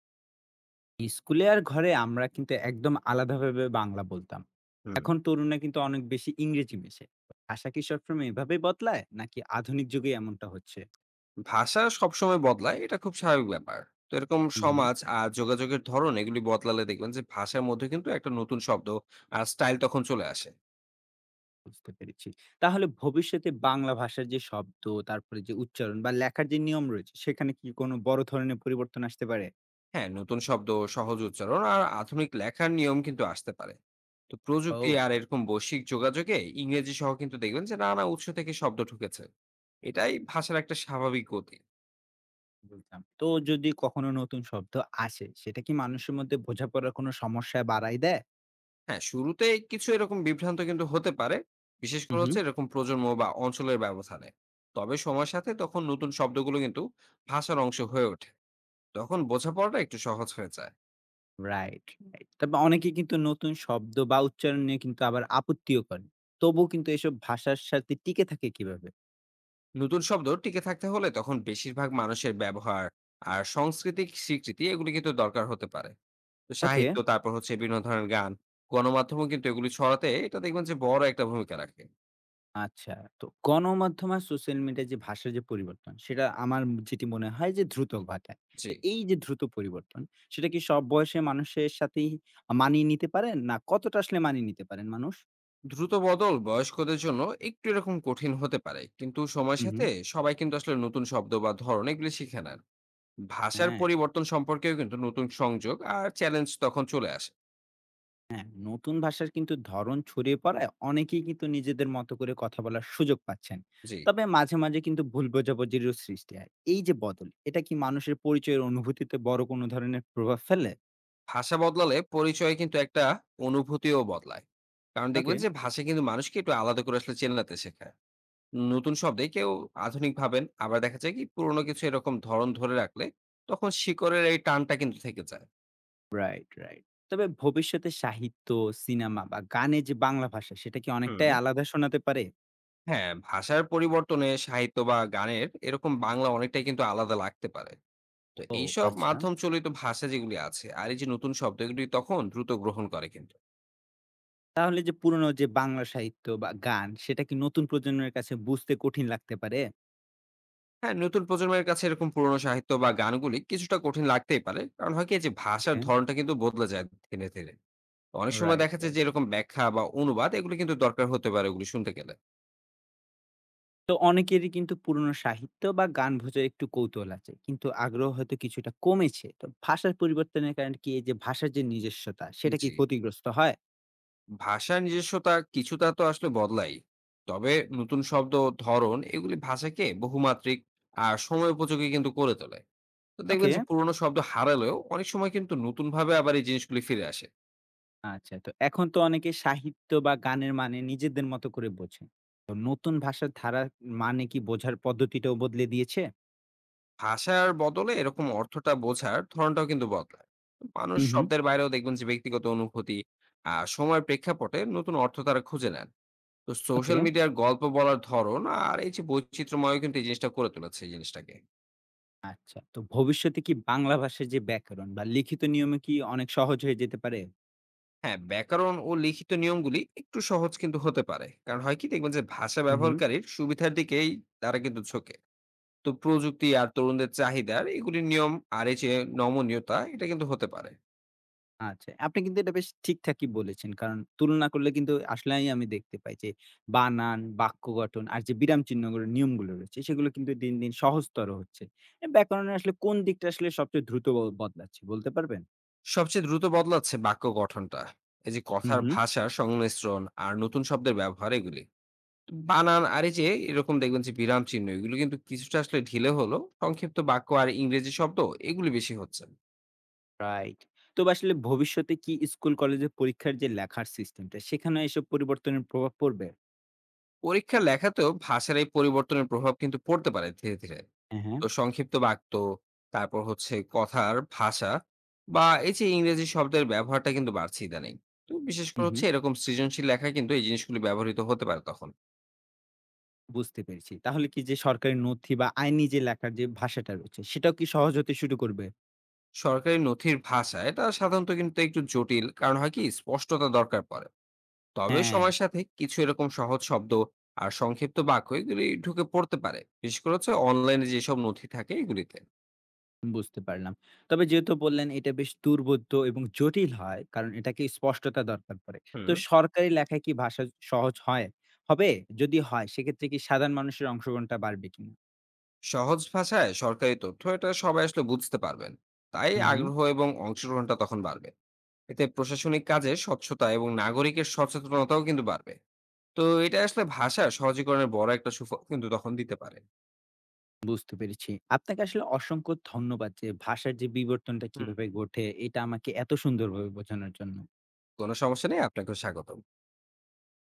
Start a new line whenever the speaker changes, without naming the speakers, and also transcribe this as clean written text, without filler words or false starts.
স্কুলে আর ঘরে আমরা কিন্তু একদম আলাদাভাবে বাংলা বলতাম।
হুম,
এখন তরুণরা কিন্তু অনেক বেশি ইংরেজি মেশে। ভাষা কি সবসময় এভাবেই বদলায়? নাকি আধুনিক যুগে এমনটা হচ্ছে?
ভাষা সবসময় বদলায়, এটা খুব স্বাভাবিক ব্যাপার। তো এরকম
হুম, হুম,
সমাজ আর যোগাযোগের ধরন এগুলি বদলালে দেখবেন যে ভাষার মধ্যে কিন্তু একটা নতুন শব্দ আর স্টাইল তখন চলে আসে।
বুঝতে পেরেছি। তাহলে ভবিষ্যতে বাংলা ভাষার যে শব্দ, তারপরে যে উচ্চারণ বা লেখার যে নিয়ম রয়েছে, সেখানে কি কোনো বড় ধরনের পরিবর্তন আসতে পারে?
হ্যাঁ, নতুন শব্দ, সহজ উচ্চারণ আর আধুনিক লেখার নিয়ম কিন্তু আসতে পারে। তো প্রযুক্তি
ও!
আর এরকম বৈশ্বিক যোগাযোগে ইংরেজি সহ কিন্তু দেখবেন যে নানা উৎস থেকে শব্দ ঢুকেছে। এটাই ভাষার একটা স্বাভাবিক গতি।
বুঝলাম। তো যদি কখনো নতুন শব্দ আসে, সেটা কি মানুষের মধ্যে বোঝাপড়ার কোনো সমস্যা বাড়ায় দেয়?
হ্যাঁ, শুরুতেই কিছু এরকম বিভ্রান্ত কিন্তু হতে পারে। বিশেষ
হুম,
করে
হুম।
হচ্ছে এরকম প্রজন্ম বা অঞ্চলের ব্যবধানে। তবে সময়ের সাথে তখন নতুন শব্দগুলো কিন্তু ভাষার অংশ হয়ে ওঠে। তখন বোঝাপড়াটা একটু সহজ হয়ে যায়।
Right, right. তবে অনেকে কিন্তু নতুন শব্দ বা উচ্চারণ নিয়ে কিন্তু আবার আপত্তিও করে। তবুও কিন্তু এসব ভাষার সাথে টিকে থাকে কিভাবে?
নতুন শব্দ টিকে থাকতে হলে তখন বেশিরভাগ মানুষের ব্যবহার আর সাংস্কৃতিক স্বীকৃতি এগুলি কিন্তু দরকার হতে পারে। তো
ওকে,
সাহিত্য, তারপর হচ্ছে বিভিন্ন ধরনের গান, গণমাধ্যমও কিন্তু এগুলি ছড়াতে এটা দেখবেন যে বড় একটা ভূমিকা রাখে।
আচ্ছা। তো গণমাধ্যম আর সোশ্যাল মিডিয়ায় যে ভাষার যে পরিবর্তন, সেটা আমার যেটি মনে হয় যে দ্রুত ঘটায়।
জি।
তো এই যে দ্রুত পরিবর্তন, সেটা কি সব বয়সের মানুষের সাথেই মানিয়ে নিতে পারেন? না কতটা আসলে মানিয়ে নিতে পারেন মানুষ?
দ্রুত বদল বয়স্কদের জন্য একটু এরকম কঠিন হতে পারে, কিন্তু সময়ের
হু, হু।
সাথে সবাই কিন্তু আসলে নতুন শব্দ বা ধরন এগুলি শিখে নেন। ভাষার
হ্যাঁ।
পরিবর্তন সম্পর্কেও কিন্তু নতুন সংযোগ আর চ্যালেঞ্জ তখন চলে আসে।
হ্যাঁ, নতুন ভাষার কিন্তু ধরন ছড়িয়ে পড়ায় অনেকেই কিন্তু নিজেদের মতো করে কথা বলার সুযোগ পাচ্ছেন।
জি।
তবে মাঝে, মাঝে কিন্তু ভুল বোঝাবুঝিরও সৃষ্টি হয়। এই যে বদল, এটা কি মানুষের পরিচয়ের অনুভূতিতে বড় কোনো ধরনের প্রভাব ফেলে?
ভাষা বদলালে পরিচয় কিন্তু একটা অনুভূতিও বদলায়, কারণ
ওকে।
দেখবেন যে ভাষা কিন্তু মানুষকে একটু আলাদা করে আসলে চেনাতে শেখায়। নতুন শব্দে কেউ আধুনিক ভাবেন, আবার দেখা যায় কি পুরোনো কিছু এরকম ধরন ধরে রাখলে তখন শিকড়ের এই টানটা কিন্তু থেকে যায়।
Right, right. তবে ভবিষ্যতে সাহিত্য, সিনেমা বা গানে যে বাংলা ভাষা, সেটা কি
হুম।
অনেকটাই আলাদা শোনাতে পারে?
হ্যাঁ, ভাষার পরিবর্তনে সাহিত্য বা গানের এরকম বাংলা অনেকটাই কিন্তু আলাদা লাগতে পারে। তো
ও।
এইসব
আচ্ছা।
মাধ্যম চলিত ভাষা যেগুলি আছে আর এই যে নতুন শব্দ এগুলি তখন দ্রুত গ্রহণ করে কিন্তু।
তাহলে যে পুরনো যে বাংলা সাহিত্য বা গান, সেটা কি নতুন প্রজন্মের কাছে বুঝতে কঠিন লাগতে পারে?
হ্যাঁ, নতুন প্রজন্মের কাছে এরকম পুরনো সাহিত্য বা গানগুলি কিছুটা কঠিন লাগতেই পারে। কারণ হয় কি যে ভাষার
ওকে।
ধরনটা কিন্তু বদলে যায় ধীরে, ধীরে। অনেক সময়
রাইট,
দেখা যায়
রাইট।
যে এরকম ব্যাখ্যা বা অনুবাদ এগুলি কিন্তু দরকার হতে পারে ওগুলি শুনতে গেলে।
তো অনেকেরই কিন্তু পুরনো সাহিত্য বা গান বোঝার একটু কৌতূহল আছে কিন্তু আগ্রহ হয়তো কিছুটা কমেছে। তো ভাষার পরিবর্তনের কারণে কি এই যে ভাষার যে নিজস্বতা, সেটা কি
জি।
ক্ষতিগ্রস্ত হয়?
ভাষার নিজস্বতা কিছুটা তো আসলে বদলাই, তবে নতুন শব্দ ও ধরন এগুলি ভাষাকে বহুমাত্রিক আর সময় উপযোগী কিন্তু করে তোলে। তো দেখবেন
ওকে।
যে পুরোনো শব্দ হারালেও অনেক সময় কিন্তু নতুন ভাবে আবার এই জিনিসগুলি ফিরে আসে।
আচ্ছা, তো এখন তো অনেকে সাহিত্য বা গানের মানে নিজেদের মতো করে বোঝে। তো নতুন ভাষার ধারা মানে কি বোঝার পদ্ধতিটাও বদলে দিয়েছে?
ভাষার বদলে এরকম অর্থটা বোঝার ধরনটাও কিন্তু বদলায়। মানুষ
হুম, হুম।
শব্দের বাইরেও দেখবেন যে ব্যক্তিগত অনুভূতি আর সময়ের প্রেক্ষাপটে নতুন অর্থ তারা খুঁজে নেন। তো
ওকে।
সোশ্যাল মিডিয়ার গল্প বলার ধরন আর এই যে বৈচিত্র্যময় কিন্তু এই জিনিসটা করে তুলেছে এই জিনিসটাকে।
আচ্ছা, তো ভবিষ্যতে কি বাংলা ভাষার যে ব্যাকরণ বা লিখিত নিয়মে কি অনেক সহজ হয়ে যেতে পারে?
হ্যাঁ, ব্যাকরণ ও লিখিত নিয়মগুলি একটু সহজ কিন্তু হতে পারে। কারণ হয় কি দেখবেন যে ভাষা
হুম, হুম।
ব্যবহারকারীর সুবিধার দিকেই তারা কিন্তু ঝোঁকে। তো প্রযুক্তি আর তরুণদের চাহিদার এগুলির নিয়ম আর এই যে নমনীয়তা এটা কিন্তু হতে পারে।
আচ্ছা। আপনি কিন্তু এটা বেশ ঠিকঠাকই বলেছেন। কারণ তুলনা করলে কিন্তু আসলেই আমি দেখতে পাই যে বানান, বাক্য গঠন আর যে বিরাম চিহ্নগুলো নিয়মগুলো রয়েছে সেগুলো কিন্তু দিন, দিন সহজতর হচ্ছে। এ ব্যাকরণের আসলে কোন দিকটা আসলে সবচেয়ে দ্রুত বদলাচ্ছে বলতে পারবেন?
সবচেয়ে দ্রুত বদলাচ্ছে বাক্য গঠনটা। এই যে
হুম,
কথার
হুম।
ভাষার সংমিশ্রণ আর নতুন শব্দের ব্যবহার এগুলি। বানান আর এই যে এরকম দেখবেন যে বিরাম চিহ্ন এগুলো কিন্তু কিছুটা আসলে ঢিলে হলো। সংক্ষিপ্ত বাক্য আর ইংরেজি শব্দ এগুলি বেশি হচ্ছে।
রাইট। তো আসলে ভবিষ্যতে কি স্কুল, কলেজে পরীক্ষার যে লেখার সিস্টেমটা সেখানে এসব পরিবর্তনের প্রভাব পড়বে?
পরীক্ষার লেখাতেও ভাষার এই পরিবর্তনের প্রভাব কিন্তু পড়তে পারে ধীরে, ধীরে।
হ্যাঁ, হ্যাঁ।
তো সংক্ষিপ্ত বাক্য, তারপর হচ্ছে কথার ভাষা বা এই যে ইংরেজি শব্দের ব্যবহারটা কিন্তু বাড়ছে ইদানিং। তো বিশেষ
হুম,
করে
হুম।
হচ্ছে এরকম সৃজনশীল লেখা কিন্তু এই জিনিসগুলো ব্যবহৃত হতে পারে তখন।
বুঝতে পেরেছি। তাহলে কি যে সরকারি নথি বা আইনি যে লেখার যে ভাষাটা রয়েছে সেটাও কি সহজ হতে শুরু করবে?
সরকারি নথির ভাষা এটা সাধারণত কিন্তু একটু জটিল, কারণ হয় কি স্পষ্টতা দরকার পড়ে। তবে
হ্যাঁ।
সময়ের সাথে কিছু এরকম সহজ শব্দ আর সংক্ষিপ্ত বাক্য এগুলি ঢুকে পড়তে পারে, বিশেষ করে হচ্ছে অনলাইনে যেসব নথি থাকে এগুলিতে।
বুঝতে পারলাম। তবে যেহেতু বললেন এটা বেশ দুর্বোধ্য এবং জটিল হয় কারণ এটাকে স্পষ্টতা দরকার পড়ে। তো
হুম।
সরকারি লেখায় কি ভাষা সহজ হবে? যদি হয় সেক্ষেত্রে কি সাধারণ মানুষের অংশগ্রহণটা বাড়বে কিনা?
সহজ ভাষায় সরকারি তথ্য এটা সবাই আসলে বুঝতে পারবেন। তাই
হুম, হুম।
আগ্রহ এবং অংশগ্রহণটা তখন বাড়বে। এতে প্রশাসনিক কাজে স্বচ্ছতা এবং নাগরিকের সচেতনতাও কিন্তু বাড়বে। তো এটা আসলে ভাষা সহজীকরণের বড় একটা সুফল কিন্তু তখন দিতে পারে।
বুঝতে পেরেছি। আপনাকে আসলে অসংখ্য ধন্যবাদ যে ভাষার যে বিবর্তনটা
হুম।
কিভাবে ঘটে এটা আমাকে এত সুন্দরভাবে বোঝানোর জন্য।
কোনো সমস্যা নেই, আপনাকে স্বাগতম।